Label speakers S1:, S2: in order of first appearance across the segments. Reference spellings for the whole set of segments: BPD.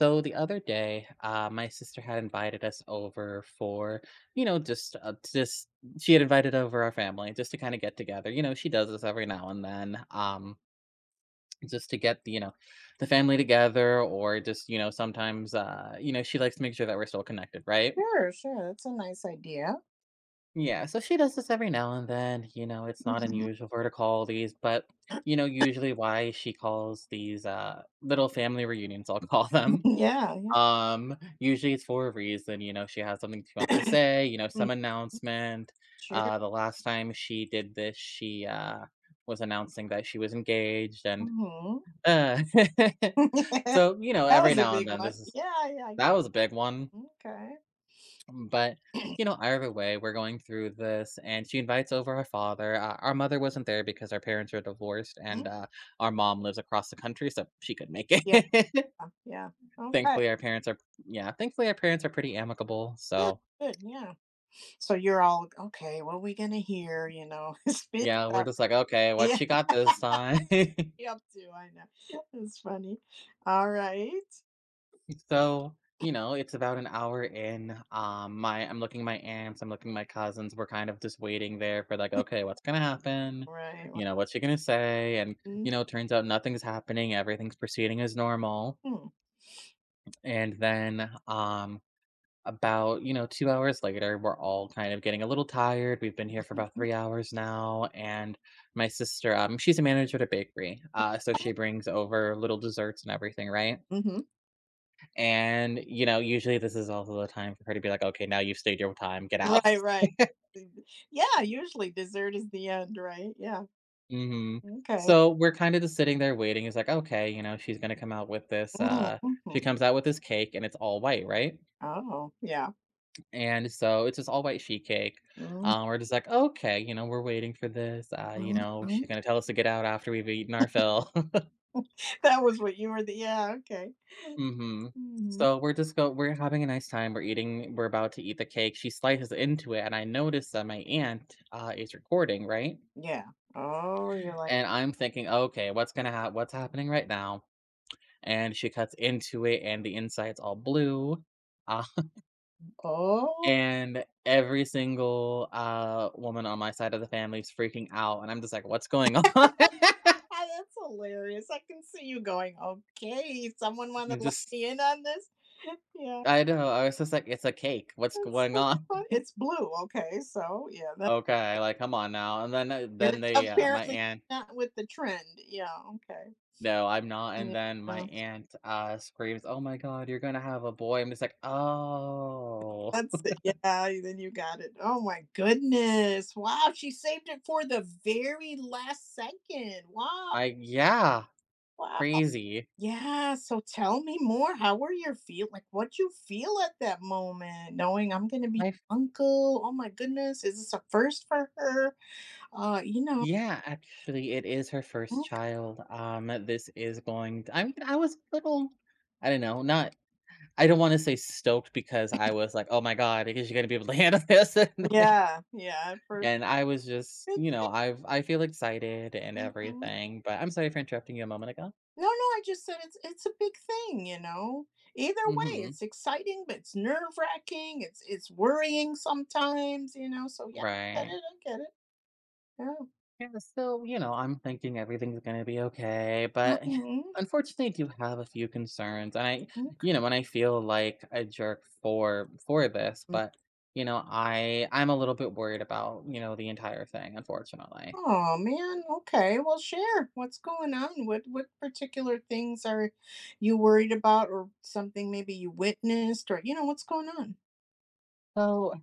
S1: So the other day, my sister had invited us over for, you know, just she had invited over our family just to kind of get together. You know, she does this every now and then, just to get the family together, or just you know, sometimes, you know, she likes to make sure that we're still connected, right?
S2: Sure, sure. That's a nice idea.
S1: Yeah, so she does this every now and then. You know, it's not unusual for her to call these, but you know, usually why she calls these little family reunions, I'll call them.
S2: Yeah,
S1: Usually it's for a reason, you know, she has something she wants to
S2: yeah.
S1: say, you know,
S2: Mm.
S1: some announcement.
S2: Sure.
S1: The last time she did this, she, was announcing that she was engaged and,
S2: Hmm.
S1: uh, so, you know,
S2: That
S1: every
S2: was a
S1: now and
S2: big
S1: then
S2: one.
S1: this is
S2: Yeah, yeah.
S1: that was a big one,
S2: Okay.
S1: but, you know, either way, we're going through this and she invites over her father. Our mother wasn't there because our parents are divorced and,
S2: Mm.
S1: our mom lives across the country, so she could make
S2: Yeah,
S1: it.
S2: yeah. Okay.
S1: Thankfully, our parents are Yeah, thankfully, our parents are pretty amicable,
S2: Good,
S1: so,
S2: good. Yeah. So you're all okay. What are we gonna hear? It's been
S1: yeah, we're
S2: up.
S1: just like, "Okay, what
S2: Yeah,
S1: she got this time?"
S2: up to. I know. It's funny. All right.
S1: So, you know, it's about an hour in, my I'm looking at my aunts, I'm looking at my cousins, we're kind of just waiting there for, like, "Okay, what's gonna happen?
S2: Right. Well.
S1: You know, what's she gonna say?" And, you know, turns out nothing's happening, everything's proceeding as normal,
S2: Mm-hmm.
S1: and then, 2 hours later, we're all kind of getting a little tired, we've been here for about 3 hours now, and my sister, she's a manager at a bakery, so she brings over little desserts and everything, right?
S2: Hmm.
S1: And, you know, usually this is also the time for her to be like, "Okay, now you've stayed your time, get out."
S2: Right. Right. Yeah. Usually dessert is the end. Right. Yeah.
S1: Mhm.
S2: Okay.
S1: So, we're kinda just sitting there waiting, it's like, okay, you know, she's gonna come out with this,
S2: Mhm.
S1: she comes out with this cake and it's all white, right?
S2: Oh, yeah.
S1: And so it's this all white sheet cake.
S2: Mhm,
S1: We're just like, okay, you know, we're waiting for this. You know,
S2: mhm.
S1: she's gonna tell us to get out after we've eaten our fill.
S2: That was what you were the, yeah, okay.
S1: Hmm.
S2: Mhm.
S1: So we're just go we're having a nice time. We're eating, we're about to eat the cake. She slices into it, and I notice that my aunt is recording, right?
S2: Yeah. Oh, you're like,
S1: And I'm thinking, okay, what's gonna happen? What's happening right now? And she cuts into it, and the inside's all blue. Uh,
S2: "Oh."
S1: And every single, woman on my side of the family is freaking out, and I'm just like, "What's going on?"
S2: That's hilarious. I can see you going, "Okay, someone wanna
S1: And
S2: let
S1: just
S2: me in on this?" Yeah,
S1: I know, I was just like, "It's a cake. What's
S2: that's
S1: going
S2: so
S1: on?"
S2: fun. It's blue, okay, so, yeah, that
S1: Okay, like, come on now, and
S2: you're
S1: then they, my
S2: apparently
S1: aunt
S2: not with the trend. Yeah, okay.
S1: "No, I'm not," and then my
S2: Yeah.
S1: aunt, screams, "Oh my god, you're gonna have a boy." I'm just like, "Oh."
S2: That's it. Yeah, then you got it. Oh my goodness. Wow, she saved it for the very last second. Wow.
S1: I yeah,
S2: Wow.
S1: Crazy.
S2: Yeah. So tell me more. How were your feel? Like, what you feel at that moment, knowing I'm going to be
S1: I
S2: uncle? Oh my goodness, is this a first for her? You know.
S1: Yeah, actually, it is her first
S2: Mm.
S1: child. This is going to, I mean, I was a little, I don't know, not, I don't want to say stoked because I was like, oh my God, is she going to be able to handle this?
S2: Yeah. Yeah. At first.
S1: And I was just,
S2: Big.
S1: you know, I feel excited and
S2: Mhm.
S1: everything, but I'm sorry for interrupting you a moment ago.
S2: No, no. I just said it's a big thing. You know. Either way,
S1: Mm-hmm.
S2: it's exciting, but it's nerve wracking. It's worrying sometimes. You know. So yeah, I get
S1: Right.
S2: it. I get it. Yeah.
S1: Yeah, so, you know, I'm thinking everything's going to be okay, but
S2: Mhm.
S1: unfortunately, I do have a few concerns. You know, and I feel like a jerk for this, but you know, I'm a little bit worried about, you know, the entire thing, unfortunately.
S2: Oh man, okay. Well, share what's going on. What particular things are you worried about, or something maybe you witnessed, or you know what's going on?
S1: So,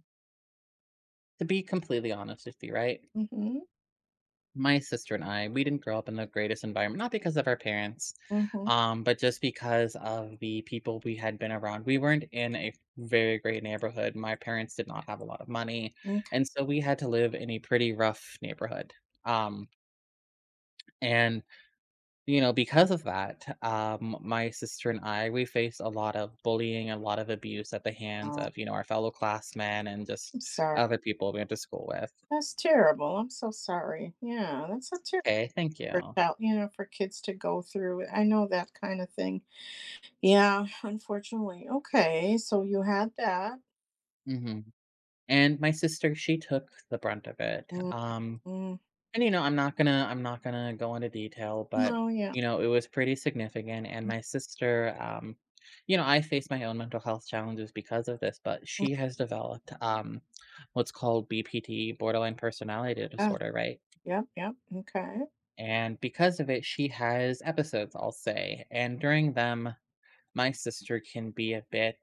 S1: to be completely honest with you, right?
S2: Mm-hmm.
S1: My sister and I, we didn't grow up in the greatest environment, not because of our parents,
S2: Mm-hmm.
S1: but just because of the people we had been around. We weren't in a very great neighborhood. My parents did not have a lot of money.
S2: Okay.
S1: And so we had to live in a pretty rough neighborhood. Um, and, you know, because of that, my sister and I, we faced a lot of bullying, a lot of abuse at the hands
S2: Oh,
S1: of, you know, our fellow classmen and just
S2: I'm sorry.
S1: other people we went to school with.
S2: That's terrible. I'm so sorry. Yeah, that's a terrible
S1: Okay, thank
S2: for
S1: you.
S2: child, for kids to go through. I know that kind of thing. Yeah, unfortunately. Okay, so you had that.
S1: Mhm. And my sister, she took the brunt of it.
S2: Mm-hmm.
S1: And You know, I'm not gonna go into detail, but
S2: Oh yeah.
S1: you know, it was pretty significant. And my sister, you know, I face my own mental health challenges because of this, but she has developed what's called BPD, borderline personality
S2: Uh,
S1: disorder, right?
S2: yep. Yep. Okay.
S1: And because of it, she has episodes, I'll say. And during them, my sister can be a bit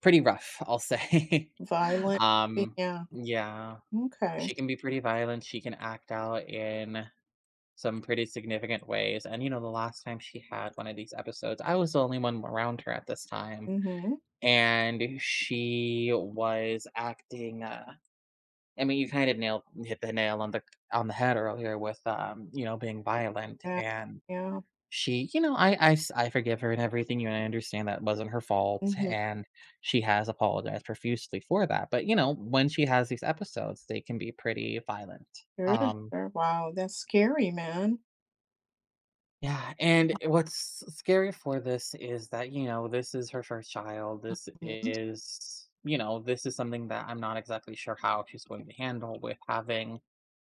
S1: pretty rough, I'll say.
S2: Violent.
S1: um,
S2: Yeah.
S1: yeah.
S2: Okay.
S1: She can be pretty violent, she can act out in some pretty significant ways, and, you know, the last time she had one of these episodes, I was the only one around her at this time,
S2: Mhm.
S1: and she was acting, I mean, you kind of nailed hit the nail on the head earlier with, you know, being violent
S2: Yeah,
S1: and
S2: yeah.
S1: she you know, I forgive her and everything, you and I understand that wasn't her fault,
S2: Mhm.
S1: and she has apologized profusely for that, but, you know, when she has these episodes, they can be pretty violent.
S2: Sure,
S1: Um,
S2: sure. Wow, that's scary, man.
S1: yeah, and what's scary for this is that, you know, this is her first child, this
S2: Mhm.
S1: is you know, this is something that I'm not exactly sure how she's going to handle with having,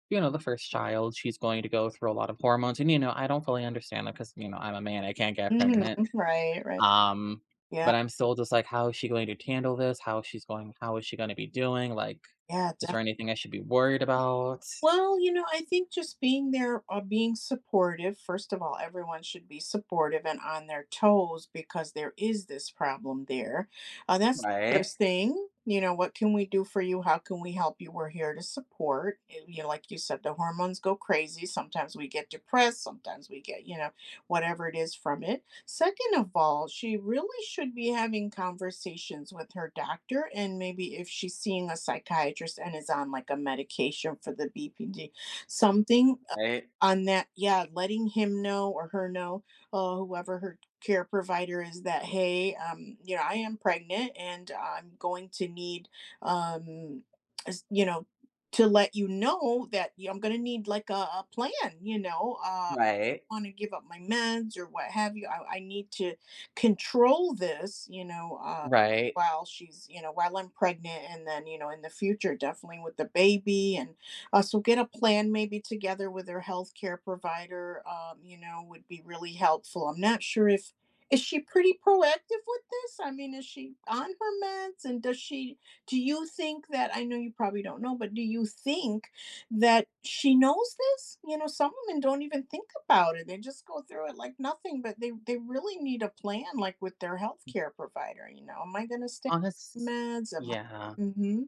S1: you know, the first child, she's going to go through a lot of hormones, and, you know, I don't fully understand that because you know, I'm a man, I can't get
S2: Mhm.
S1: pregnant.
S2: Right, right.
S1: Um,
S2: Yeah,
S1: but I'm still just like, "How is she going to handle this? How is she gonna be doing? Like,
S2: yeah,
S1: is
S2: def.
S1: there anything I should be worried about?"
S2: Well, I think just being there, being supportive. First of all, everyone should be supportive and on their toes because there is this problem there. That's the
S1: Right,
S2: first thing. What can we do for you? How can we help you? We're here to support. Like you said, the hormones go crazy. Sometimes we get depressed. Sometimes we get, whatever it is from it. Second of all, she really should be having conversations with her doctor, and maybe if she's seeing a psychiatrist and is on like a medication for the BPD, something
S1: right,
S2: on that, yeah, letting him know or her know, whoever her care provider is, that, hey, I am pregnant and I'm going to need, um, s- you know, to let you know that I'm going to need, like, a plan, you know, uh
S1: right.
S2: want to give up my meds or what have you. I need to control this,
S1: Right.
S2: while she's, while I'm pregnant, and then, in the future, definitely with the baby. And so get a plan maybe together with her healthcare provider, would be really helpful. I'm not sure if, is she pretty proactive with this? I mean, is she on her meds, and does she, do you think that, I know you probably don't know, but do you think that she knows this? Some women don't even think about it, they just go through it like nothing, but they really need a plan, like, with their healthcare provider. Am I going to stay on
S1: Honest
S2: meds, am
S1: yeah.
S2: I... mm-hmm.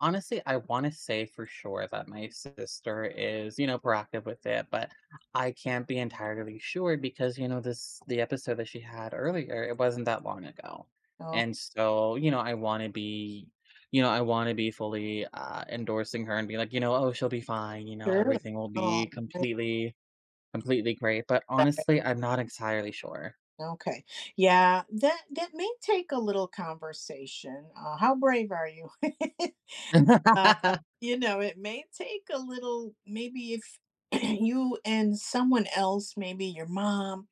S1: Honestly, I wanna say for sure that my sister is, you know, proactive with it, but I can't be entirely sure because, you know, this the episode that she had earlier, it wasn't that long ago.
S2: Oh.
S1: And so, you know, I wanna be you know, I wanna be fully, endorsing her and be like, you know, "Oh, she'll be fine. You know,
S2: Sure.
S1: everything will
S2: Oh,
S1: be
S2: great.
S1: completely completely great," but honestly, I'm not entirely sure.
S2: Okay. Yeah, that may take a little conversation. How brave are you? uh, it may take a little, maybe if you and someone else, maybe your mom,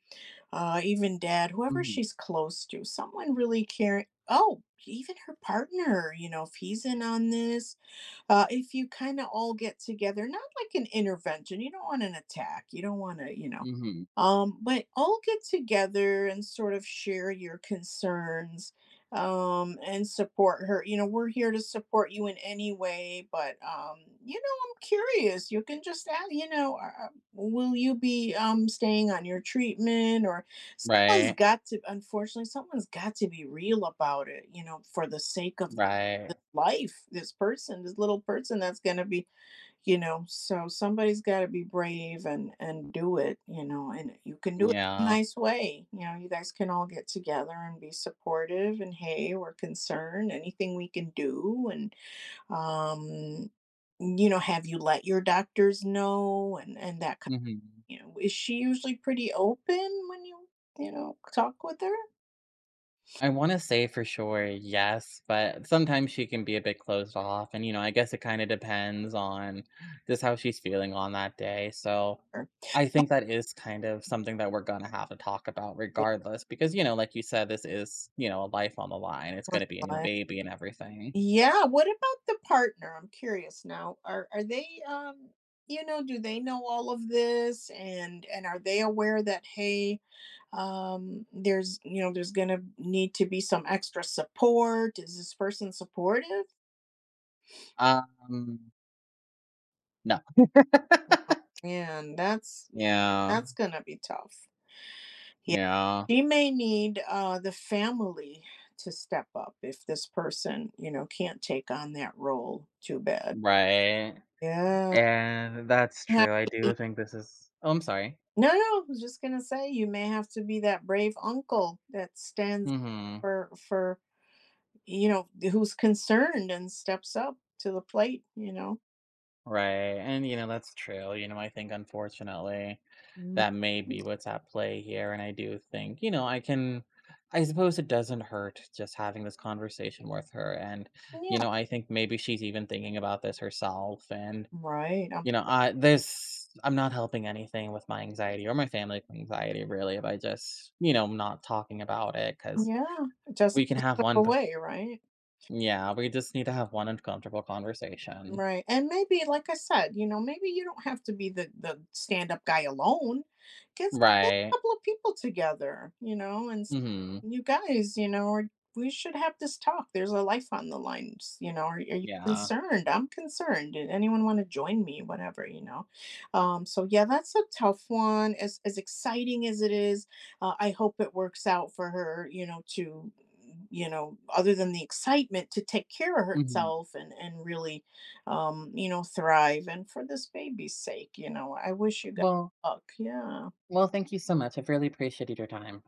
S2: even dad, whoever
S1: Mhm,
S2: she's close to, someone really caring. Oh, even her partner, if he's in on this, if you kind of all get together, not like an intervention, you don't want an attack, you don't want to,
S1: mhm.
S2: but all get together and sort of share your concerns, and support her. We're here to support you in any way, but, I'm curious. You can just ask, will you be staying on your treatment? Or someone's
S1: Right,
S2: got to, unfortunately, someone's got to be real about it, for the sake of this
S1: right.
S2: life, this person, this little person that's going to be. So somebody's got to be brave and do it, and you can do it in a
S1: Yeah.
S2: nice way. You guys can all get together and be supportive, and hey, we're concerned, anything we can do. And um have you let your doctors know, and that kind.
S1: Mhm.
S2: Is she usually pretty open when you, talk with her?
S1: I wanna say for sure, yes, but sometimes she can be a bit closed off, and, you know, I guess it kinda depends on just how she's feeling on that day, so, I think that is kind of something that we're gonna have to talk about regardless because, you know, like you said, this is, you know, a life on the line, it's gonna be a new
S2: Or
S1: baby and everything.
S2: yeah, what about the partner? I'm curious now. Are they do they know all of this, and are they aware that, hey, there's going to need to be some extra support? Is this person supportive?
S1: Um, no.
S2: Oh, man, that's
S1: Yeah,
S2: that's going to be tough. Yeah.
S1: yeah,
S2: She may need the family to step up if this person, can't take on that role. Too bad.
S1: right,
S2: Yeah.
S1: and that's true, I do think this is Oh, I'm sorry.
S2: No, no, I was just gonna say you may have to be that brave uncle that stands
S1: Mhm.
S2: for you know who's concerned and steps up to the plate. You know.
S1: Right, and, you know, that's true, you know, I think unfortunately
S2: Mm.
S1: that may be what's at play here, and I do think, you know, I suppose it doesn't hurt just having this conversation with her, and, you
S2: Yeah.
S1: know, I think maybe she's even thinking about this herself, and,
S2: Right.
S1: you know, I'm not helping anything with my anxiety or my family anxiety really by just, you know, not talking about it because
S2: Yeah. It doesn't
S1: we can have
S2: just go
S1: one b
S2: away. Right.
S1: yeah, we just need to have one uncomfortable conversation.
S2: Right. And maybe, like I said, maybe you don't have to be the stand-up guy alone. Get get a
S1: Right.
S2: couple of people together, and
S1: Mhm.
S2: you guys, or we should have this talk. There's a life on the lines. Are you
S1: Yeah.
S2: concerned? I'm concerned. Did anyone want to join me? Whatever. So yeah, that's a tough one. As exciting as it is, I hope it works out for her, to other than the excitement, to take care of
S1: Mhm.
S2: herself and really thrive. And for this baby's sake, I wish you guys
S1: Well
S2: luck. Yeah.
S1: well, thank you so much. I've really appreciated your time.